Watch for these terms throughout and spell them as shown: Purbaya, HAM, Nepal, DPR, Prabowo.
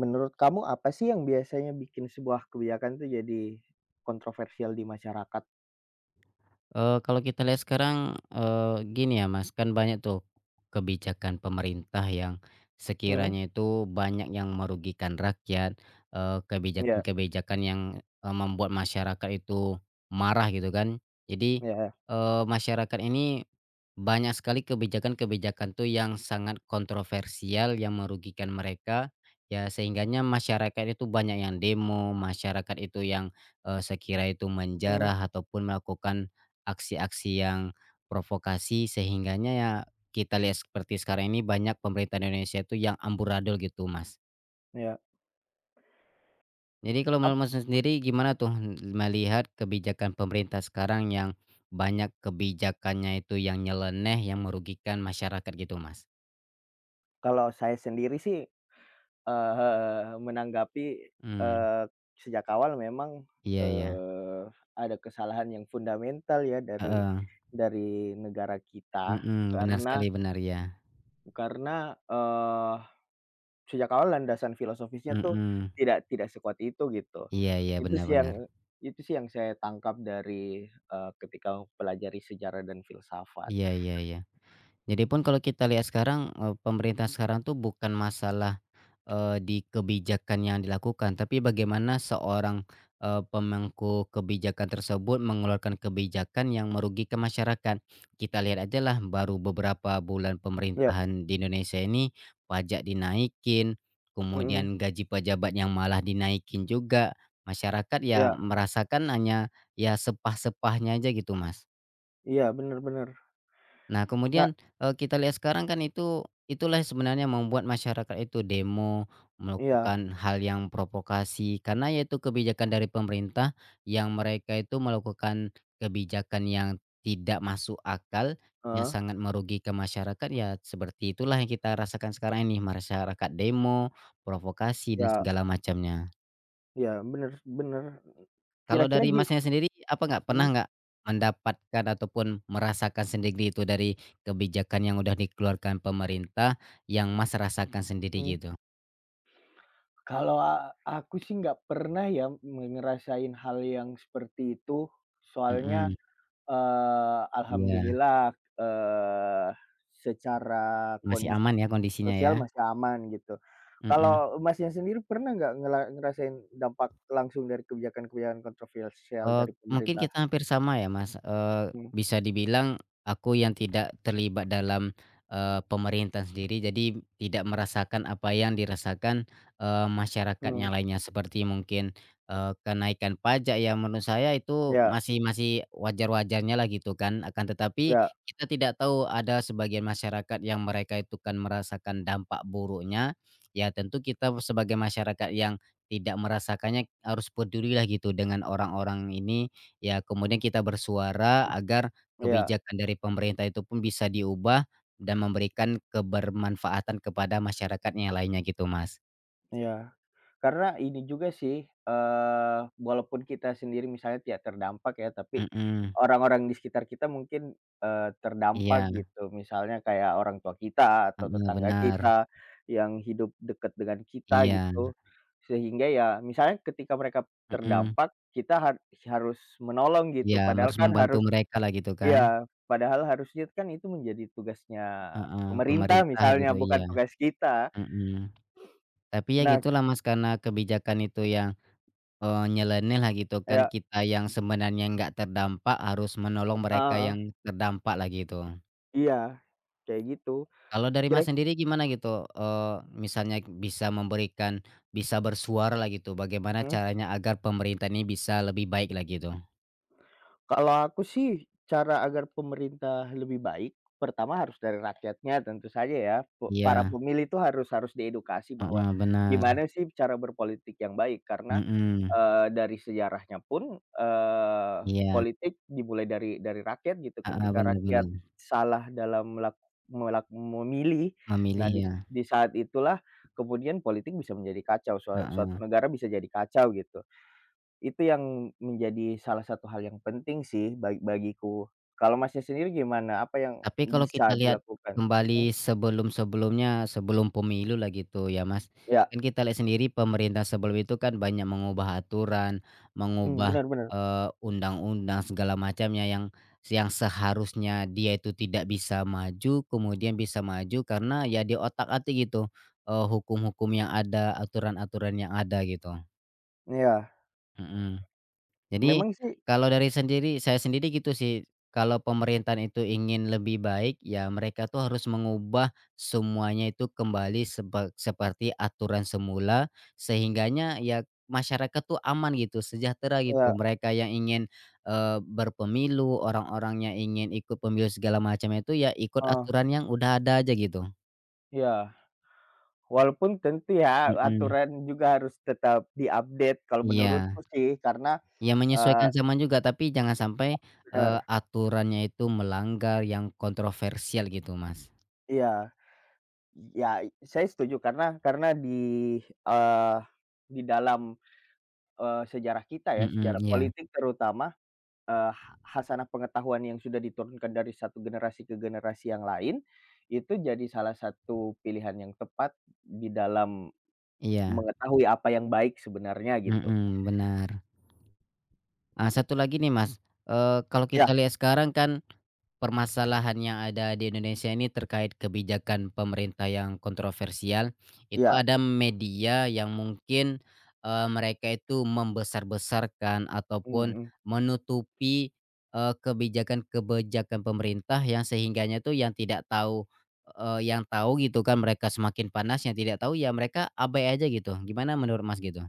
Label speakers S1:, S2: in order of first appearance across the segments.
S1: Menurut kamu apa sih yang biasanya bikin sebuah kebijakan tuh jadi kontroversial di masyarakat?
S2: Kalau kita lihat sekarang, gini ya Mas, kan banyak tuh kebijakan pemerintah yang
S1: Hmm,
S2: sekiranya itu banyak yang merugikan rakyat,
S1: ya,
S2: kebijakan-kebijakan yang, membuat masyarakat itu marah gitu kan. Jadi,
S1: ya, ya.
S2: masyarakat ini banyak sekali kebijakan-kebijakan tuh yang sangat kontroversial yang merugikan mereka, ya sehingganya masyarakat itu banyak yang demo, masyarakat itu yang, sekira itu
S1: Mhm,
S2: menjarah ataupun melakukan aksi-aksi yang provokasi sehingganya ya kita lihat seperti sekarang ini banyak pemerintah Indonesia itu yang amburadul gitu, Mas.
S1: iya.
S2: Jadi kalau
S1: Ap
S2: menurut Mas sendiri gimana tuh melihat kebijakan pemerintah sekarang yang banyak kebijakannya itu yang nyeleneh, yang merugikan masyarakat gitu, Mas?
S1: kalau saya sendiri sih, menanggapi,
S2: Mmm,
S1: eee, sejak awal memang,
S2: iya, iya,
S1: eee, ada kesalahan yang fundamental ya dari
S2: heeh,
S1: dari negara kita,
S2: mhm, benar
S1: karena
S2: sekali, benar ya,
S1: karena, eee Sejak awal landasan filosofisnya tuh
S2: mhm,
S1: tidak tidak sekuat itu gitu.
S2: iya, iya,
S1: Itu
S2: benar,
S1: sih
S2: benar,
S1: yang itu sih yang saya tangkap dari, ketika mempelajari sejarah dan filsafat.
S2: iya, iya, iya. Jadi pun kalau kita lihat sekarang, pemerintah sekarang tuh bukan masalah di kebijakan yang dilakukan, tapi bagaimana seorang, pemangku kebijakan tersebut mengeluarkan kebijakan yang merugikan masyarakat. Kita lihat aja lah baru beberapa bulan
S1: Iya,
S2: pemerintahan di Indonesia ini pajak dinaikin,
S1: mhm,
S2: kemudian gaji pejabat yang malah dinaikin juga, masyarakat ya
S1: iya
S2: merasakan hanya ya sepah-sepahnya aja gitu, Mas.
S1: iya, bener bener.
S2: Nah
S1: Nggak.
S2: kemudian, kita lihat sekarang kan itulah yang sebenarnya membuat masyarakat itu demo,
S1: Iya,
S2: melakukan hal yang provokasi karena yaitu kebijakan dari pemerintah yang mereka itu melakukan kebijakan yang tidak masuk akal, yang
S1: heeh,
S2: sangat merugikan masyarakat ya seperti itulah yang kita rasakan sekarang ini, masyarakat demo, provokasi dan
S1: iya
S2: segala macamnya.
S1: iya, bener bener.
S2: Kalau
S1: Kira-kira
S2: dari
S1: gi
S2: Masnya sendiri, apa nggak pernah
S1: Mhm,
S2: nggak mendapatkan ataupun merasakan sendiri itu dari kebijakan yang udah dikeluarkan pemerintah yang Mas rasakan sendiri
S1: mhm.
S2: gitu?
S1: Kalau aku sih nggak pernah ya ngerasain hal yang seperti itu, soalnya,
S2: Mhm, iya,
S1: Alhamdulillah, eee, secara
S2: masih
S1: kondisi
S2: aman ya kondisinya ya?
S1: sosial masih aman gitu.
S2: Mhm.
S1: Kalau Masnya sendiri pernah nggak ngerasain dampak langsung dari kebijakan-kebijakan kontroversial dari
S2: Mungkin
S1: pemerintah?
S2: kita hampir sama ya Mas,
S1: Mhm,
S2: bisa dibilang aku yang tidak terlibat dalam, pemerintahan sendiri jadi tidak merasakan apa yang dirasakan, masyarakat yang
S1: mhm,
S2: lainnya seperti mungkin, kenaikan pajak yang menurut saya itu
S1: iya,
S2: masih masih wajar-wajarnya lah gitu kan akan tetapi
S1: iya,
S2: kita tidak tahu ada sebagian masyarakat yang mereka itu kan merasakan dampak buruknya, ya tentu kita sebagai masyarakat yang tidak merasakannya harus pedulilah gitu dengan orang-orang ini, ya kemudian kita bersuara agar
S1: iya, iya.
S2: kebijakan dari pemerintah itu pun bisa diubah dan memberikan kebermanfaatan kepada masyarakat yang lainnya gitu, Mas.
S1: Iya. Karena ini juga sih, walaupun kita sendiri misalnya tidak terdampak ya, tapi
S2: Mhm,
S1: orang-orang di sekitar kita mungkin, terdampak
S2: iya,
S1: gitu. Misalnya kayak orang tua kita atau
S2: heeh,
S1: tetangga
S2: benar,
S1: kita yang hidup dekat dengan kita
S2: iya,
S1: gitu. Sehingga ya misalnya ketika mereka
S2: mhm,
S1: terdampak, kita harus menolong gitu.
S2: iya
S1: Padahal
S2: harus
S1: kan
S2: membantu
S1: harus.
S2: merekalah gitu kan,
S1: Iya, padahal harusnya kan itu menjadi tugasnya
S2: heeh,
S1: pemerintah
S2: pemerintah gitu,
S1: misalnya, bukan
S2: iya,
S1: tugas kita.
S2: mhm. Tapi ya
S1: Nah,
S2: gitulah Mas karena kebijakan itu yang nyeleneh lah gitu kan,
S1: kayak,
S2: kita yang sebenarnya nggak terdampak harus menolong mereka
S1: heeh.
S2: yang terdampak lah gitu.
S1: Iya, kayak gitu.
S2: Kalau dari
S1: Kira
S2: Mas sendiri gimana gitu, eee, misalnya bisa memberikan bisa bersuara lah gitu, bagaimana
S1: mhm,
S2: caranya agar pemerintah ini bisa lebih baik lah gitu?
S1: kalau aku sih cara agar pemerintah lebih baik, pertama harus dari rakyatnya tentu saja ya, para
S2: Iya,
S1: pemilih itu harus harus diedukasi bahwa
S2: heeh, benar,
S1: gimana sih cara berpolitik yang baik, karena,
S2: mhm,
S1: dari sejarahnya pun,
S2: iya,
S1: politik dimulai dari rakyat gitu,
S2: heeh,
S1: ketika
S2: benar,
S1: rakyat
S2: benar,
S1: salah dalam melak melak memilih, nah
S2: memilih ya,
S1: di saat itulah kemudian politik bisa menjadi kacau, sua
S2: heeh.
S1: suatu negara bisa jadi kacau gitu. Itu yang menjadi salah satu hal yang penting sih bagiku. Kalau Masnya sendiri gimana? Apa yang
S2: Tapi kalau
S1: bisa
S2: kita lihat
S1: dilakukan? Mmm,
S2: kembali sebelum-sebelumnya, sebelum pemilu lah gitu ya Mas,
S1: iya,
S2: kan kita lihat sendiri pemerintah sebelum itu kan banyak mengubah aturan,
S1: mmm,
S2: mengubah,
S1: bener bener.
S2: undang-undang segala macamnya yang seharusnya dia itu tidak bisa maju, kemudian bisa maju karena ya di otak atik gitu, hukum-hukum yang ada, aturan-aturan yang ada gitu.
S1: Iya,
S2: Mhm. Jadi,
S1: memang sih,
S2: kalau dari saya sendiri gitu sih, kalau pemerintahan itu ingin lebih baik, ya mereka tuh harus mengubah semuanya itu kembali seperti aturan semula, sehingganya ya masyarakat tuh aman gitu, sejahtera gitu.
S1: iya,
S2: Mereka yang ingin, berpemilu, orang-orang yang ingin ikut pemilu segala macam itu, ya ikut
S1: heeh,
S2: aturan yang udah ada aja gitu.
S1: iya. Walaupun tentu ya
S2: Mhm,
S1: aturan juga harus tetap di-update kalau
S2: iya.
S1: menurutku sih karena,
S2: Ya menyesuaikan
S1: eee
S2: zaman juga, tapi jangan sampai,
S1: bener,
S2: aturannya itu melanggar yang kontroversial gitu, Mas.
S1: iya. Ya, saya setuju karena eee, di dalam, sejarah kita ya,
S2: Mhm,
S1: sejarah
S2: iya,
S1: politik terutama, Eee, ha hasanah pengetahuan yang sudah diturunkan dari satu generasi ke generasi yang lain, itu jadi salah satu pilihan yang tepat di dalam
S2: iya,
S1: mengetahui apa yang baik sebenarnya gitu.
S2: mhm, benar. Ah, satu lagi nih, Mas, kalau
S1: Iya
S2: kita lihat sekarang kan permasalahan yang ada di Indonesia ini terkait kebijakan pemerintah yang kontroversial, itu
S1: iya.
S2: ada media yang mungkin, mereka itu membesar-besarkan ataupun
S1: Mhm,
S2: menutupi, kebijakan-kebijakan pemerintah yang sehingganya tuh yang tidak tahu, yang tahu gitu kan mereka semakin panas, yang tidak tahu ya mereka abai aja gitu. Gimana menurut Mas gitu?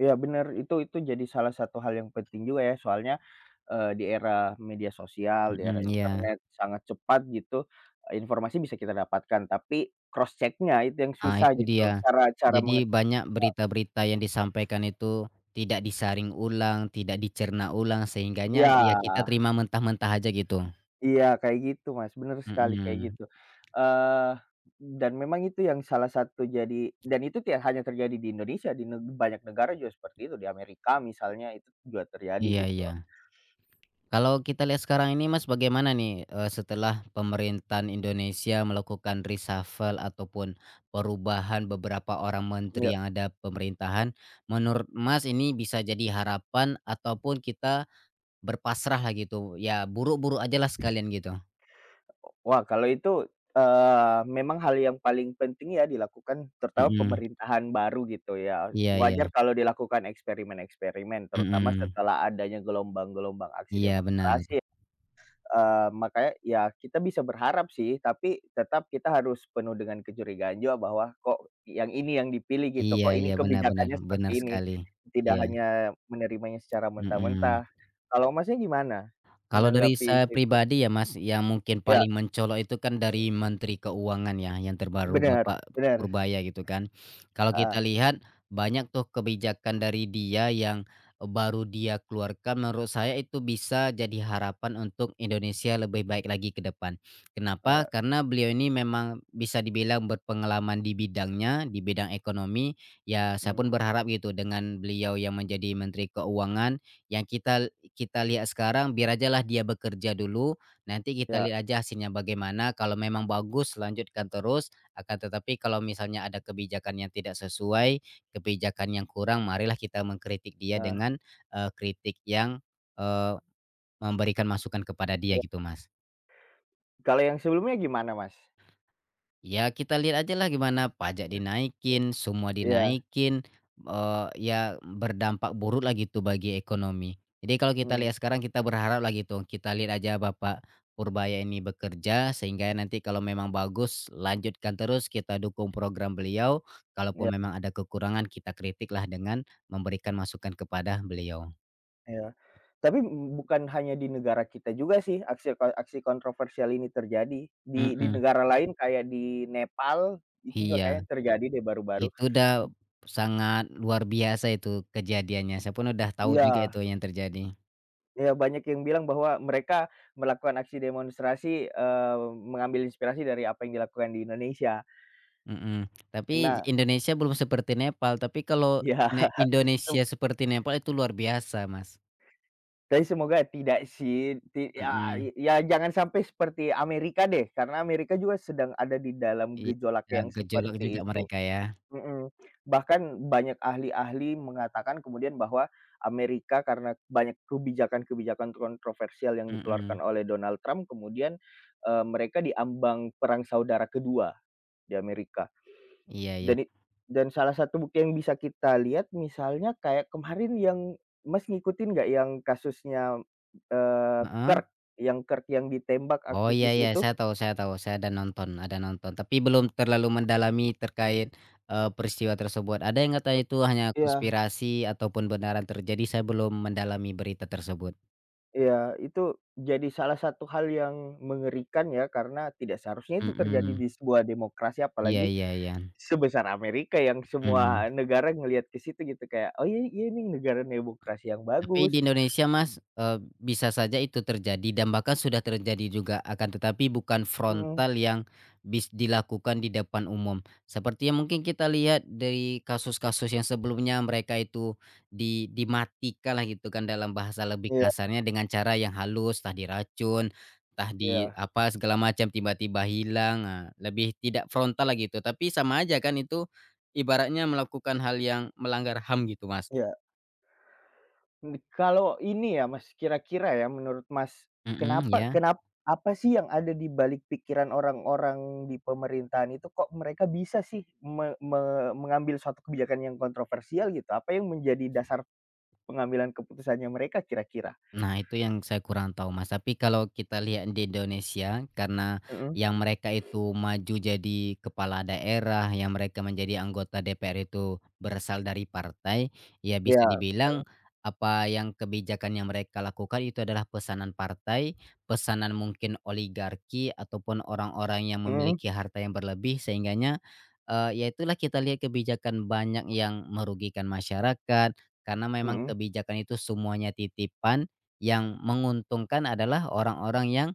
S1: iya bener, itu jadi salah satu hal yang penting juga ya soalnya, di era media sosial, di
S2: Mhm,
S1: era
S2: iya.
S1: internet sangat cepat gitu, informasi bisa kita dapatkan tapi cross checknya itu yang
S2: Ah,
S1: susah
S2: itu
S1: gitu,
S2: dia.
S1: cara cara
S2: Jadi
S1: mengetahui.
S2: banyak berita-berita yang disampaikan itu tidak disaring ulang, tidak dicerna ulang sehingganya
S1: Ya.
S2: ya kita terima mentah-mentah aja gitu.
S1: Iya, kayak gitu, Mas, bener sekali kayak
S2: Mhm,
S1: gitu, eee, dan memang itu yang salah satu jadi, dan itu tidak hanya terjadi di Indonesia, di banyak negara juga seperti itu, di Amerika misalnya itu juga terjadi
S2: iya,
S1: gitu.
S2: iya. Kalau kita lihat sekarang ini Mas bagaimana nih, setelah pemerintahan Indonesia melakukan reshuffle ataupun perubahan beberapa orang menteri
S1: Iya.
S2: yang ada pemerintahan, menurut Mas ini bisa jadi harapan ataupun kita berpasrah lah gitu, ya buruk-buruk ajalah sekalian gitu?
S1: Wah, kalau itu, memang hal yang paling penting ya dilakukan terutama
S2: Mhm,
S1: pemerintahan baru gitu ya,
S2: iya, iya.
S1: wajar kalau dilakukan eksperimen-eksperimen terutama
S2: Mhm,
S1: setelah adanya gelombang-gelombang aksi
S2: iya, benar,
S1: demonstrasi ya. Makanya ya kita bisa berharap sih, tapi tetap kita harus penuh dengan kecurigaan juga bahwa kok yang ini yang dipilih gitu,
S2: iya,
S1: kok
S2: iya,
S1: ini
S2: benar, benar,
S1: kebijakannya seperti
S2: benar
S1: ini.
S2: sekali,
S1: Tidak
S2: iya,
S1: hanya menerimanya secara
S2: mhm.
S1: mentah-mentah. Kalau Masnya gimana
S2: Kalau dari
S1: menanggapi
S2: saya
S1: situ?
S2: pribadi ya, Mas, yang mungkin
S1: Ya,
S2: paling mencolok itu kan dari Menteri Keuangan ya, yang terbaru
S1: benar,
S2: Bapak
S1: benar.
S2: Purbaya gitu kan. Kalau kita
S1: Heeh,
S2: lihat banyak tuh kebijakan dari dia yang baru dia keluarkan menurut saya itu bisa jadi harapan untuk Indonesia lebih baik lagi ke depan. Kenapa?
S1: iya,
S2: Karena beliau ini memang bisa dibilang berpengalaman di bidangnya, di bidang ekonomi. Ya saya
S1: mhm,
S2: pun berharap gitu dengan beliau yang menjadi Menteri Keuangan yang kita kita lihat sekarang biar ajalah dia bekerja dulu, nanti kita
S1: iya,
S2: lihat aja hasilnya bagaimana, kalau memang bagus lanjutkan terus, akan tetapi kalau misalnya ada kebijakan yang tidak sesuai, kebijakan yang kurang, marilah kita mengkritik dia
S1: nah,
S2: dengan, kritik yang, eee, memberikan masukan kepada dia
S1: iya.
S2: gitu, Mas.
S1: Kalau yang sebelumnya gimana Mas?
S2: Ya kita lihat aja lah gimana pajak dinaikin, semua
S1: Iya,
S2: dinaikin, ya berdampak buruk lah gitu bagi ekonomi. Jadi kalau kita lihat
S1: mhm,
S2: sekarang kita berharap lah gitu, kita lihat aja Bapak Purbaya ini bekerja sehingga nanti kalau memang bagus lanjutkan terus kita dukung program beliau,
S1: iya.
S2: kalaupun memang ada kekurangan kita kritik lah dengan memberikan masukan kepada beliau.
S1: Iya, tapi bukan hanya di negara kita juga sih aksi kontroversial ini terjadi, di
S2: Mhm,
S1: negara lain kayak di Nepal itu juga
S2: iya.
S1: kayaknya terjadi deh baru-baru.
S2: Itu udah sangat luar biasa itu kejadiannya, saya pun udah tahu juga
S1: Iya,
S2: itu yang terjadi.
S1: iya banyak yang bilang bahwa mereka melakukan aksi demonstrasi, mengambil inspirasi dari apa yang dilakukan di Indonesia.
S2: Mhm, tapi
S1: Nah,
S2: Indonesia belum seperti Nepal, tapi kalau
S1: iya, sem
S2: Indonesia seperti Nepal itu luar biasa, Mas.
S1: tapi semoga tidak sih, ya
S2: Mhm,
S1: ya jangan sampai seperti Amerika deh, karena Amerika juga sedang ada di dalam
S2: iya,
S1: gejolak
S2: ya
S1: yang
S2: gejolak
S1: seperti
S2: juga
S1: itu.
S2: mereka ya.
S1: Mhm, bahkan banyak ahli-ahli mengatakan kemudian bahwa Amerika, karena banyak kebijakan-kebijakan kontroversial yang
S2: Mhm,
S1: dikeluarkan oleh Donald Trump kemudian, mereka diambang perang saudara kedua di Amerika.
S2: iya, iya,
S1: Dan i dan salah satu bukti yang bisa kita lihat misalnya kayak kemarin yang Mas ngikutin nggak yang kasusnya, eee,
S2: heeh.
S1: Kirk Kirk yang ditembak
S2: Oh, iya,
S1: aktivis
S2: iya,
S1: itu?
S2: saya tahu saya tahu, saya ada nonton, tapi belum terlalu mendalami terkait, peristiwa tersebut. Ada yang katanya itu hanya
S1: Iya.
S2: konspirasi ataupun benaran terjadi, saya belum mendalami berita tersebut.
S1: Iya, itu jadi salah satu hal yang mengerikan ya, karena tidak seharusnya itu terjadi
S2: Mhm,
S1: di sebuah demokrasi,
S2: iya,
S1: apalagi
S2: iya, iya,
S1: sebesar Amerika yang
S2: mhm.
S1: semua negara ngelihat ke situ gitu, kayak, "Oh iya iya ini negara demokrasi yang
S2: Tapi
S1: bagus."
S2: di Indonesia, Mas, bisa saja itu terjadi dan bahkan sudah terjadi juga, akan tetapi bukan
S1: Mhm,
S2: frontal yang dilakukan di depan umum. Seperti yang mungkin kita lihat dari kasus-kasus yang sebelumnya mereka itu dimatikan lah gitu kan dalam bahasa lebih
S1: iya
S2: kasarnya dengan cara yang halus, entah diracun, entah di
S1: iya
S2: apa segala macam tiba-tiba hilang, nah lebih tidak frontal lah gitu, tapi sama aja kan itu ibaratnya melakukan hal yang melanggar HAM gitu, Mas.
S1: iya. Kalau ini ya Mas, kira-kira ya menurut Mas,
S2: Mhm,
S1: kenapa
S2: iya.
S1: kenap apa sih yang ada di balik pikiran orang-orang di pemerintahan itu kok mereka bisa sih me me mengambil suatu kebijakan yang kontroversial gitu? Apa yang menjadi dasar pengambilan keputusannya mereka kira-kira?
S2: Nah, itu yang saya kurang tahu, Mas. Tapi kalau kita lihat di Indonesia, karena
S1: Mhm,
S2: yang mereka itu maju jadi kepala daerah, yang mereka menjadi anggota DPR itu berasal dari partai, ya bisa
S1: iya,
S2: dibilang apa yang kebijakan yang mereka lakukan itu adalah pesanan partai, pesanan mungkin oligarki ataupun orang-orang yang
S1: mhm
S2: memiliki harta yang berlebih sehingganya ya itulah kita lihat kebijakan banyak yang merugikan masyarakat, karena memang
S1: mhm
S2: kebijakan itu semuanya titipan yang menguntungkan adalah orang-orang yang,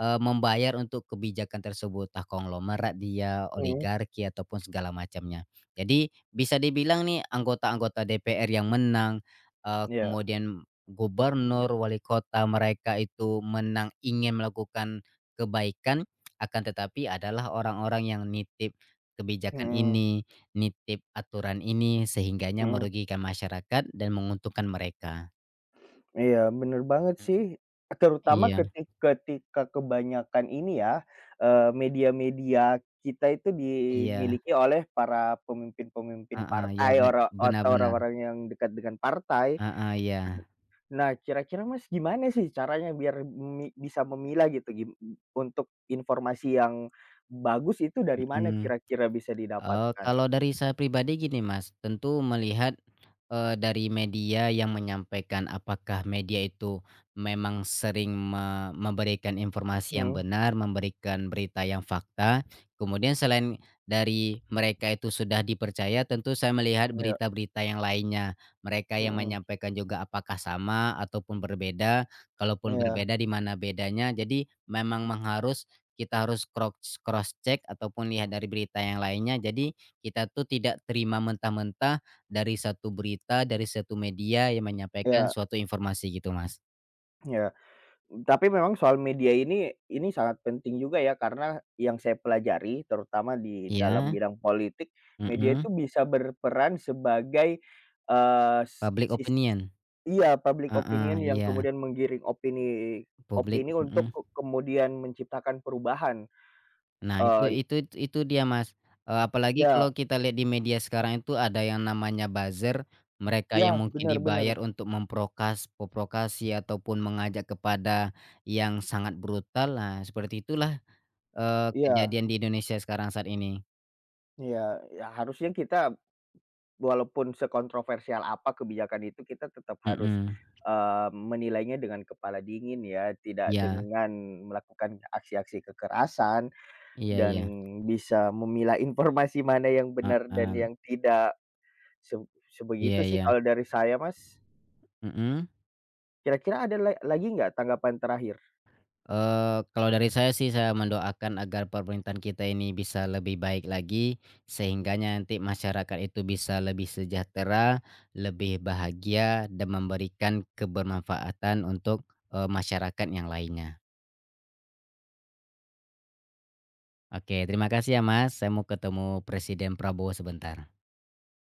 S2: membayar untuk kebijakan tersebut, entah konglomerat dia,
S1: mhm,
S2: oligarki, ataupun segala macamnya. Jadi bisa dibilang nih anggota-anggota DPR yang menang,
S1: iya,
S2: kemudian gubernur, wali kota mereka itu menang ingin melakukan kebaikan, akan tetapi adalah orang-orang yang nitip kebijakan
S1: mhm
S2: ini, nitip aturan ini, sehingganya
S1: mhm,
S2: merugikan masyarakat dan menguntungkan mereka.
S1: iya bener banget
S2: Hmm,
S1: sih, terutama
S2: iya,
S1: ketika kebanyakan ini ya, media-media kita itu
S2: iya.
S1: dimiliki oleh para pemimpin-pemimpin
S2: Heeh, ya
S1: partai,
S2: benar,
S1: atau
S2: benar,
S1: orang-orang yang dekat dengan partai.
S2: heeh, iya,
S1: Nah, kira-kira Mas gimana sih caranya biar bisa memilah gitu, untuk informasi yang bagus itu dari mana
S2: mhm.
S1: kira-kira bisa didapatkan?
S2: Kalau dari saya pribadi gini Mas, tentu melihat, dari media yang menyampaikan apakah media itu memang sering memberikan informasi yang
S1: Mhm,
S2: benar, memberikan berita yang fakta, kemudian selain dari mereka itu sudah dipercaya tentu saya melihat
S1: iya,
S2: berita-berita yang lainnya, mereka yang
S1: mhm,
S2: menyampaikan juga apakah sama ataupun berbeda, kalaupun
S1: iya
S2: berbeda di mana bedanya, jadi memang kita harus cross cross check ataupun lihat dari berita yang lainnya. Jadi kita tuh tidak terima mentah-mentah dari satu berita, dari satu media yang menyampaikan
S1: iya
S2: suatu informasi gitu, Mas.
S1: iya. Tapi memang soal media ini sangat penting juga ya, karena yang saya pelajari terutama di dalam
S2: Iya,
S1: bidang politik, media
S2: mhm,
S1: itu bisa berperan sebagai, eee,
S2: public
S1: sis
S2: opinion.
S1: iya public
S2: Heeh,
S1: opinion yang
S2: iya,
S1: kemudian menggiring opini
S2: publik
S1: opini untuk
S2: mhm.
S1: kemudian menciptakan perubahan,
S2: Nah itu
S1: eee,
S2: itu itu dia, Mas. Apalagi kalau
S1: ya
S2: kita lihat di media sekarang itu ada yang namanya buzzer, mereka yang
S1: ya,
S2: mungkin
S1: bener
S2: dibayar
S1: bener,
S2: untuk memprovokasi ataupun mengajak kepada yang sangat brutal, nah seperti itulah
S1: iya
S2: kejadian di Indonesia sekarang saat ini.
S1: iya, ya harusnya kita walaupun sekontroversial apa kebijakan itu kita tetap harus,
S2: Mhm,
S1: menilainya dengan kepala dingin ya, tidak
S2: iya,
S1: dengan melakukan aksi-aksi kekerasan
S2: iya,
S1: dan
S2: iya,
S1: bisa memilah informasi mana yang benar dan
S2: heeh,
S1: yang tidak. Se
S2: iya,
S1: sebegitu sih
S2: iya,
S1: kalau dari saya Mas.
S2: mhm.
S1: Kira-kira ada lagi nggak tanggapan terakhir?
S2: Kalau dari saya sih saya mendoakan agar pemerintahan kita ini bisa lebih baik lagi, sehingganya nanti masyarakat itu bisa lebih sejahtera, lebih bahagia, dan memberikan kebermanfaatan untuk, masyarakat yang lainnya. Oke terima kasih ya Mas, saya mau ketemu Presiden Prabowo sebentar.